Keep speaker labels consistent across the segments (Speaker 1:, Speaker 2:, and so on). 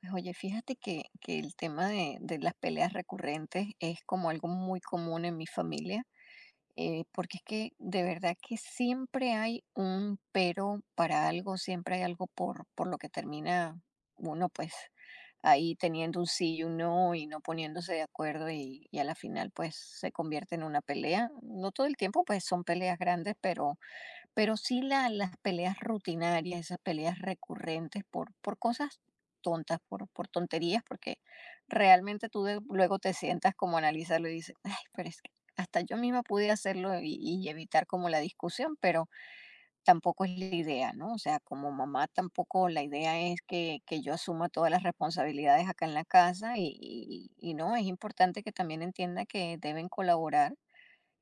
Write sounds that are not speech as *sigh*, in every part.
Speaker 1: Pues oye, fíjate que el tema de las peleas recurrentes es como algo muy común en mi familia, porque es que de verdad que siempre hay un pero para algo, siempre hay algo por lo que termina uno pues ahí teniendo un sí y un no y no poniéndose de acuerdo y a la final pues se convierte en una pelea. No todo el tiempo pues son peleas grandes, pero sí la las peleas rutinarias, esas peleas recurrentes por cosas tontas, por tonterías, porque realmente tú de luego te sientas como a analizarlo y dices: "Ay, pero es que hasta yo misma pude hacerlo y evitar como la discusión", pero tampoco es la idea, ¿no? O sea, como mamá tampoco la idea es que yo asuma todas las responsabilidades acá en la casa y no, es importante que también entienda que deben colaborar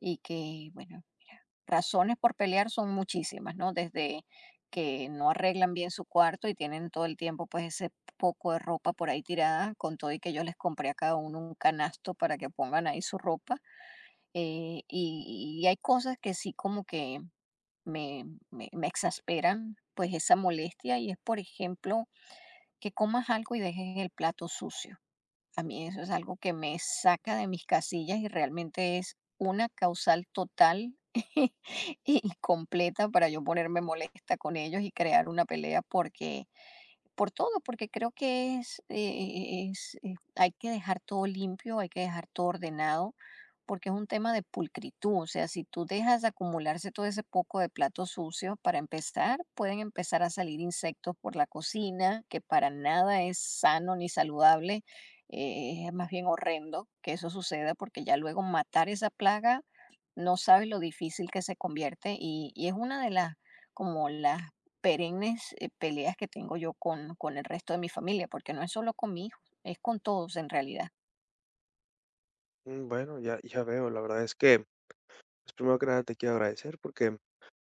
Speaker 1: y que, bueno, mira, razones por pelear son muchísimas, ¿no? Desde que no arreglan bien su cuarto y tienen todo el tiempo pues ese poco de ropa por ahí tirada, con todo y que yo les compré a cada uno un canasto para que pongan ahí su ropa. Y hay cosas que sí como que me, me exasperan pues esa molestia y es, por ejemplo, que comas algo y dejes el plato sucio. A mí eso es algo que me saca de mis casillas y realmente es una causal total *laughs* y completa para yo ponerme molesta con ellos y crear una pelea porque por todo, porque creo que hay que dejar todo limpio, hay que dejar todo ordenado, porque es un tema de pulcritud. O sea, si tú dejas de acumularse todo ese poco de platos sucios, para empezar, pueden empezar a salir insectos por la cocina, que para nada es sano ni saludable. Es más bien horrendo que eso suceda, porque ya luego matar esa plaga no sabes lo difícil que se convierte, y es una de las, como las perennes peleas que tengo yo con el resto de mi familia, porque no es solo con mi hijo, es con todos en realidad.
Speaker 2: Mm, bueno, ya veo. La verdad es que, pues, primero que nada te quiero agradecer porque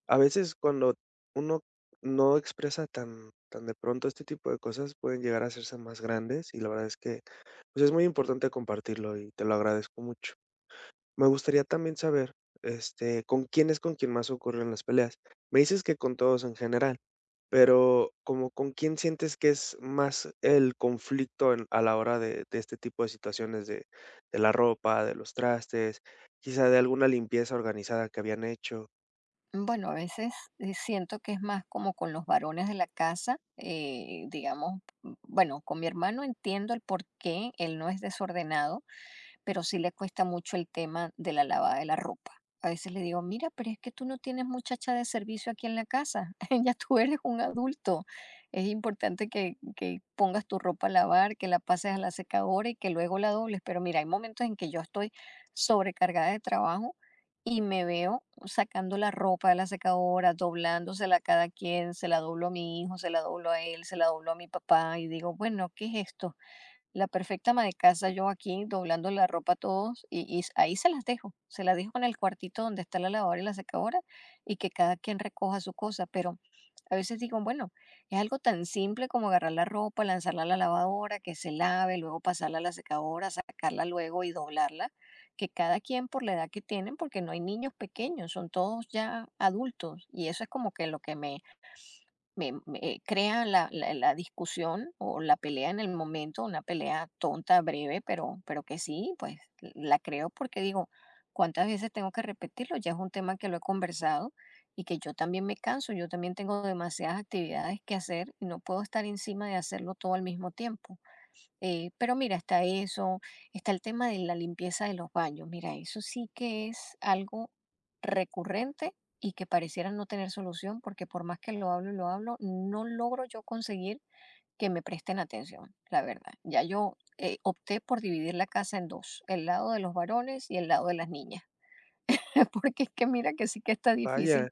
Speaker 2: a veces cuando uno no expresa, tan de pronto este tipo de cosas pueden llegar a hacerse más grandes, y la verdad es que pues es muy importante compartirlo y te lo agradezco mucho. Me gustaría también saber, con quién es con quien más ocurren las peleas. Me dices que con todos en general. Pero, como, ¿con quién sientes que es más el conflicto en a la hora de este tipo de situaciones de la ropa, de los trastes, quizá de alguna limpieza organizada que habían hecho?
Speaker 1: Bueno, a veces siento que es más como con los varones de la casa, digamos, bueno, con mi hermano entiendo el por qué él no es desordenado, pero sí le cuesta mucho el tema de la lavada de la ropa. A veces le digo, mira, pero es que tú no tienes muchacha de servicio aquí en la casa, *laughs* ya tú eres un adulto. Es importante que pongas tu ropa a lavar, que la pases a la secadora y que luego la dobles. Pero mira, hay momentos en que yo estoy sobrecargada de trabajo y me veo sacando la ropa de la secadora, doblándosela a cada quien, se la doblo a mi hijo, se la doblo a él, se la doblo a mi papá y digo, bueno, ¿qué es esto? La perfecta ama de casa, yo aquí doblando la ropa a todos y ahí se las dejo en el cuartito donde está la lavadora y la secadora, y que cada quien recoja su cosa, pero a veces digo, bueno, es algo tan simple como agarrar la ropa, lanzarla a la lavadora, que se lave, luego pasarla a la secadora, sacarla luego y doblarla, que cada quien por la edad que tienen, porque no hay niños pequeños, son todos ya adultos, y eso es como que lo que me crea la discusión o la pelea en el momento, una pelea tonta, breve, pero que sí, pues la creo porque digo, ¿cuántas veces tengo que repetirlo? Ya es un tema que lo he conversado y que yo también me canso, yo también tengo demasiadas actividades que hacer y no puedo estar encima de hacerlo todo al mismo tiempo. Pero mira, está eso, está el tema de la limpieza de los baños. Mira, eso sí que es algo recurrente y que pareciera no tener solución porque por más que lo hablo y lo hablo, no logro yo conseguir que me presten atención, la verdad. Ya yo opté por dividir la casa en dos, el lado de los varones y el lado de las niñas. *laughs* Porque es que mira que sí que está difícil.
Speaker 2: Vaya,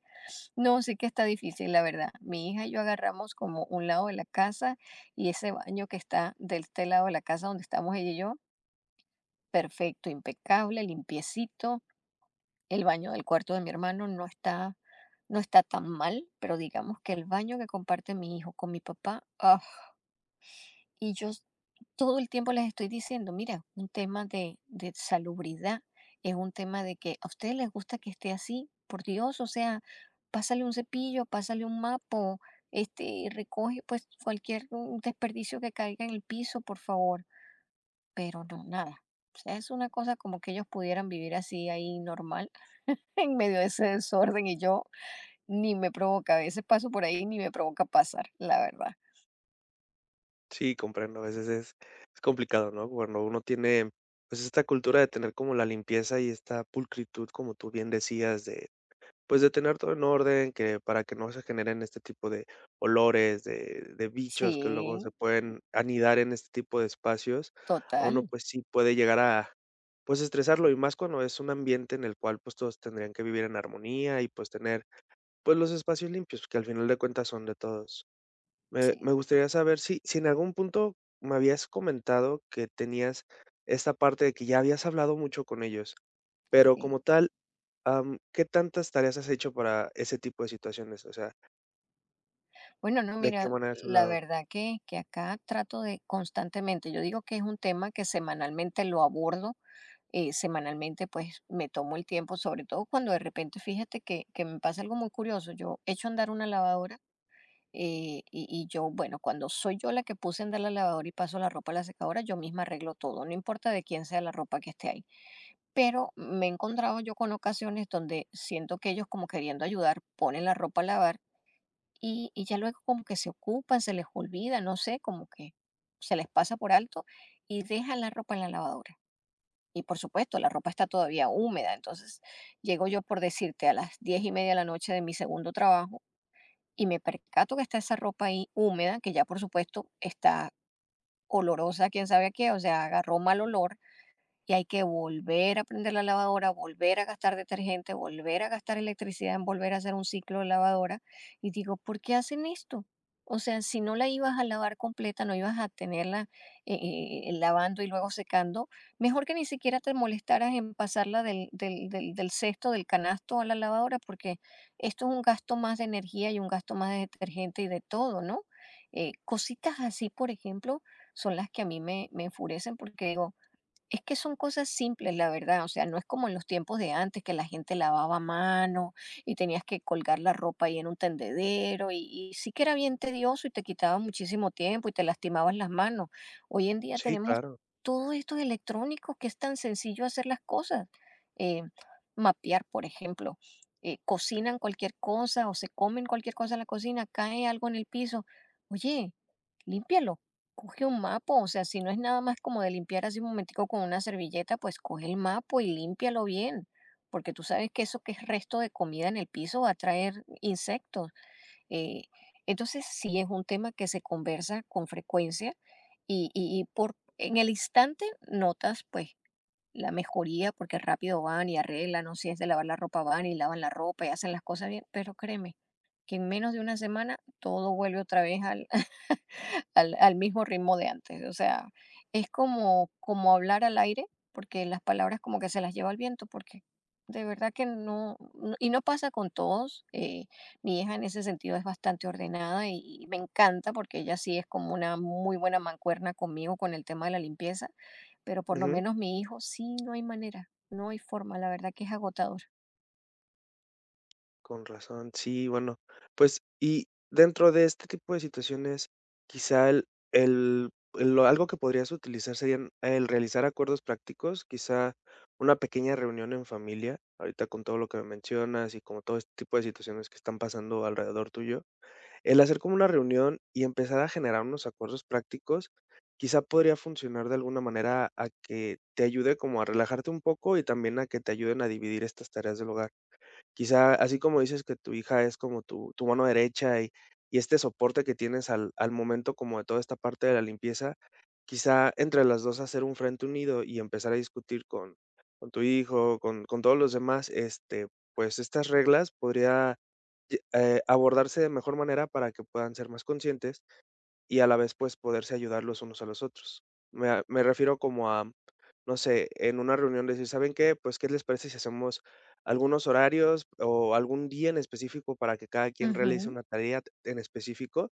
Speaker 1: No, sí que está difícil, la verdad. Mi hija y yo agarramos como un lado de la casa, y ese baño que está del este lado de la casa donde estamos ella y yo, perfecto, impecable, limpiecito. El baño del cuarto de mi hermano no está, no está tan mal, pero digamos que el baño que comparte mi hijo con mi papá, ¡ah! Y yo todo el tiempo les estoy diciendo, mira, un tema de salubridad, es un tema de que a ustedes les gusta que esté así, por Dios, o sea, pásale un cepillo, pásale un mapo, este, recoge pues cualquier desperdicio que caiga en el piso, por favor, pero no, nada. O sea, es una cosa como que ellos pudieran vivir así ahí normal, *laughs* en medio de ese desorden, y yo ni me provoca, a veces paso por ahí y ni me provoca pasar, la verdad.
Speaker 2: sí, comprendo, a veces es complicado, ¿no? Cuando uno tiene, pues, esta cultura de tener como la limpieza y esta pulcritud, como tú bien decías, de pues, de tener todo en orden, que para que no se generen este tipo de olores, de bichos que luego
Speaker 1: Sí,
Speaker 2: se pueden anidar en este tipo de espacios, a uno,
Speaker 1: total,
Speaker 2: pues, sí puede llegar a, pues, estresarlo. Y más cuando es un ambiente en el cual, pues, todos tendrían que vivir en armonía y, pues, tener, pues, los espacios limpios, que al final de cuentas son de todos. Me
Speaker 1: sí,
Speaker 2: me gustaría saber si en algún punto me habías comentado que tenías esta parte de que ya habías hablado mucho con ellos, pero
Speaker 1: sí.
Speaker 2: como tal, ¿qué tantas tareas has hecho para ese tipo de situaciones? O sea,
Speaker 1: Bueno, no,
Speaker 2: ¿de qué
Speaker 1: mira,
Speaker 2: manera has
Speaker 1: la
Speaker 2: hablado?
Speaker 1: verdad que acá trato de constantemente, yo digo que es un tema que semanalmente lo abordo, semanalmente pues me tomo el tiempo, sobre todo cuando de repente, fíjate que me pasa algo muy curioso, yo echo a andar una lavadora, y yo, bueno, cuando soy yo la que puse a andar la lavadora y paso la ropa a la secadora, yo misma arreglo todo, no importa de quién sea la ropa que esté ahí. Pero me he encontrado yo con ocasiones donde siento que ellos como queriendo ayudar ponen la ropa a lavar y ya luego como que se ocupan, se les olvida, no sé, como que se les pasa por alto y dejan la ropa en la lavadora. Y por supuesto, la ropa está todavía húmeda, entonces llego yo por decirte a las 10:30 de la noche de mi segundo trabajo y me percato que está esa ropa ahí húmeda, que ya por supuesto está olorosa, quién sabe a qué, o sea, agarró mal olor y hay que volver a prender la lavadora, volver a gastar detergente, volver a gastar electricidad en volver a hacer un ciclo de lavadora. Y digo, ¿por qué hacen esto? O sea, si no la ibas a lavar completa, no ibas a tenerla eh, lavando y luego secando, mejor que ni siquiera te molestaras en pasarla del cesto, del canasto a la lavadora, porque esto es un gasto más de energía y un gasto más de detergente y de todo, ¿no? Cositas así, por ejemplo, son las que a mí me enfurecen porque digo, es que son cosas simples, la verdad, o sea, no es como en los tiempos de antes que la gente lavaba a mano y tenías que colgar la ropa ahí en un tendedero, y sí que era bien tedioso y te quitaba muchísimo tiempo y te lastimabas las manos. Hoy en día
Speaker 2: Sí,
Speaker 1: tenemos
Speaker 2: claro.
Speaker 1: todos estos electrónicos que es tan sencillo hacer las cosas. Eh, Mapear, por ejemplo, cocinan cualquier cosa o se comen cualquier cosa en la cocina, cae algo en el piso. Oye, límpialo. Coge un mapa, o sea, si no es nada más como de limpiar así un momentico con una servilleta, pues coge el mapa y límpialo bien, porque tú sabes que eso que es resto de comida en el piso va a traer insectos. eh, entonces, sí es un tema que se conversa con frecuencia, y en el instante notas pues la mejoría, porque rápido van y arreglan, o si es de lavar la ropa, van y lavan la ropa y hacen las cosas bien, pero créeme que en menos de una semana todo vuelve otra vez al, al mismo ritmo de antes. O sea, es como, como hablar al aire, porque las palabras como que se las lleva el viento, porque de verdad que y no pasa con todos. Mi hija en ese sentido es bastante ordenada, y me encanta porque ella sí es como una muy buena mancuerna conmigo con el tema de la limpieza, pero por lo
Speaker 2: Ujú,
Speaker 1: menos mi hijo sí, no hay manera, no hay forma, la verdad que es agotador.
Speaker 2: con razón. Sí, bueno, pues, y dentro de este tipo de situaciones, quizá el el- lo algo que podrías utilizar serían el realizar acuerdos prácticos, quizá una pequeña reunión en familia, ahorita con todo lo que me mencionas y como todo este tipo de situaciones que están pasando alrededor tuyo. El hacer como una reunión y empezar a generar unos acuerdos prácticos, quizá podría funcionar de alguna manera a que te ayude como a relajarte un poco, y también a que te ayuden a dividir estas tareas del hogar. Quizá, así como dices que tu hija es como tu mano derecha y este soporte que tienes al, al momento como de toda esta parte de la limpieza, quizá entre las dos hacer un frente unido y empezar a discutir con tu hijo, con todos los demás, este, pues estas reglas podría abordarse de mejor manera para que puedan ser más conscientes y a la vez, pues, poderse ayudar los unos a los otros. Me refiero como a, no sé, en una reunión decir: "¿Saben qué? Pues, ¿qué les parece si hacemos algunos horarios o algún día en específico para que cada quien realice
Speaker 1: Ujú.
Speaker 2: una tarea en específico?".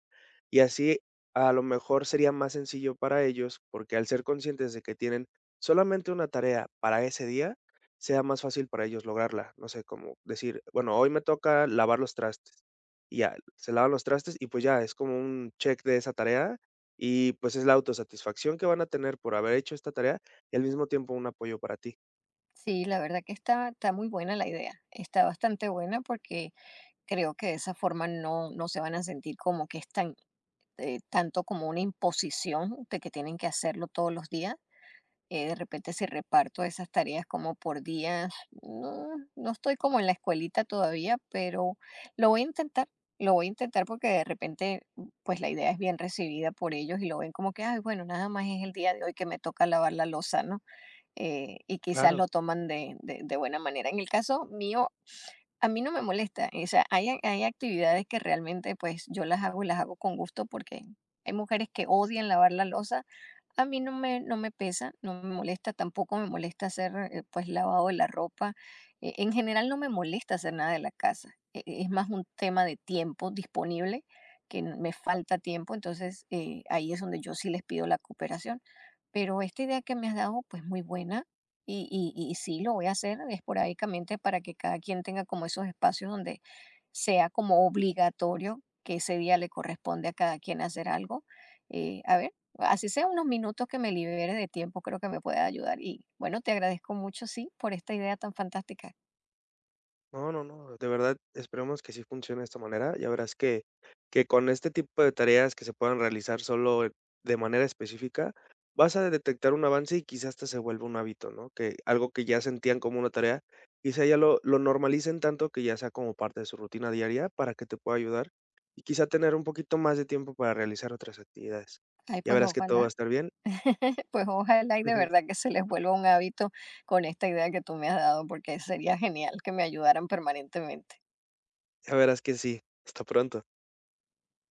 Speaker 2: Y así, a lo mejor sería más sencillo para ellos, porque al ser conscientes de que tienen solamente una tarea para ese día, sea más fácil para ellos lograrla. No sé, como decir: "Bueno, hoy me toca lavar los trastes", y ya, se lavan los trastes y pues ya, es como un check de esa tarea, y pues es la autosatisfacción que van a tener por haber hecho esta tarea y al mismo tiempo un apoyo para ti.
Speaker 1: Sí, la verdad que está, está muy buena la idea. Está bastante buena porque creo que de esa forma no, no se van a sentir como que es tan, tanto como una imposición de que tienen que hacerlo todos los días. De repente si reparto esas tareas como por días, no, no estoy como en la escuelita todavía, pero lo voy a intentar. Lo voy a intentar porque de repente, pues la idea es bien recibida por ellos y lo ven como que, ay, bueno, nada más es el día de hoy que me toca lavar la loza, ¿no? Y quizás
Speaker 2: Claro.
Speaker 1: lo toman de buena manera. En el caso mío, a mí no me molesta, o sea, hay actividades que realmente, pues, yo las hago y las hago con gusto, porque hay mujeres que odian lavar la losa. A mí no me pesa, no me molesta, tampoco me molesta hacer pues lavado de la ropa. En general no me molesta hacer nada de la casa. Es más un tema de tiempo disponible, que me falta tiempo, entonces ahí es donde yo sí les pido la cooperación. Pero esta idea que me has dado, pues muy buena, y sí lo voy a hacer esporádicamente para que cada quien tenga como esos espacios donde sea como obligatorio que ese día le corresponde a cada quien hacer algo. A ver. Así sea unos minutos que me libere de tiempo, creo que me puede ayudar. Y bueno, te agradezco mucho, sí, por esta idea tan fantástica.
Speaker 2: No, no, no, de verdad, esperemos que sí funcione de esta manera. Ya verás que con este tipo de tareas que se puedan realizar de manera específica, vas a detectar un avance y quizás hasta se vuelva un hábito, ¿no? Que algo que ya sentían como una tarea, quizá ya lo normalicen tanto que ya sea como parte de su rutina diaria, para que te pueda ayudar y quizá tener un poquito más de tiempo para realizar otras actividades.
Speaker 1: Ay,
Speaker 2: Ya
Speaker 1: pues
Speaker 2: verás que todo va a
Speaker 1: ojalá,
Speaker 2: estar bien.
Speaker 1: *laughs* pues ojalá y de
Speaker 2: *laughs*
Speaker 1: verdad que se les vuelva un hábito con esta idea que tú me has dado, porque sería genial que me ayudaran permanentemente.
Speaker 2: Ya verás que sí. Hasta pronto.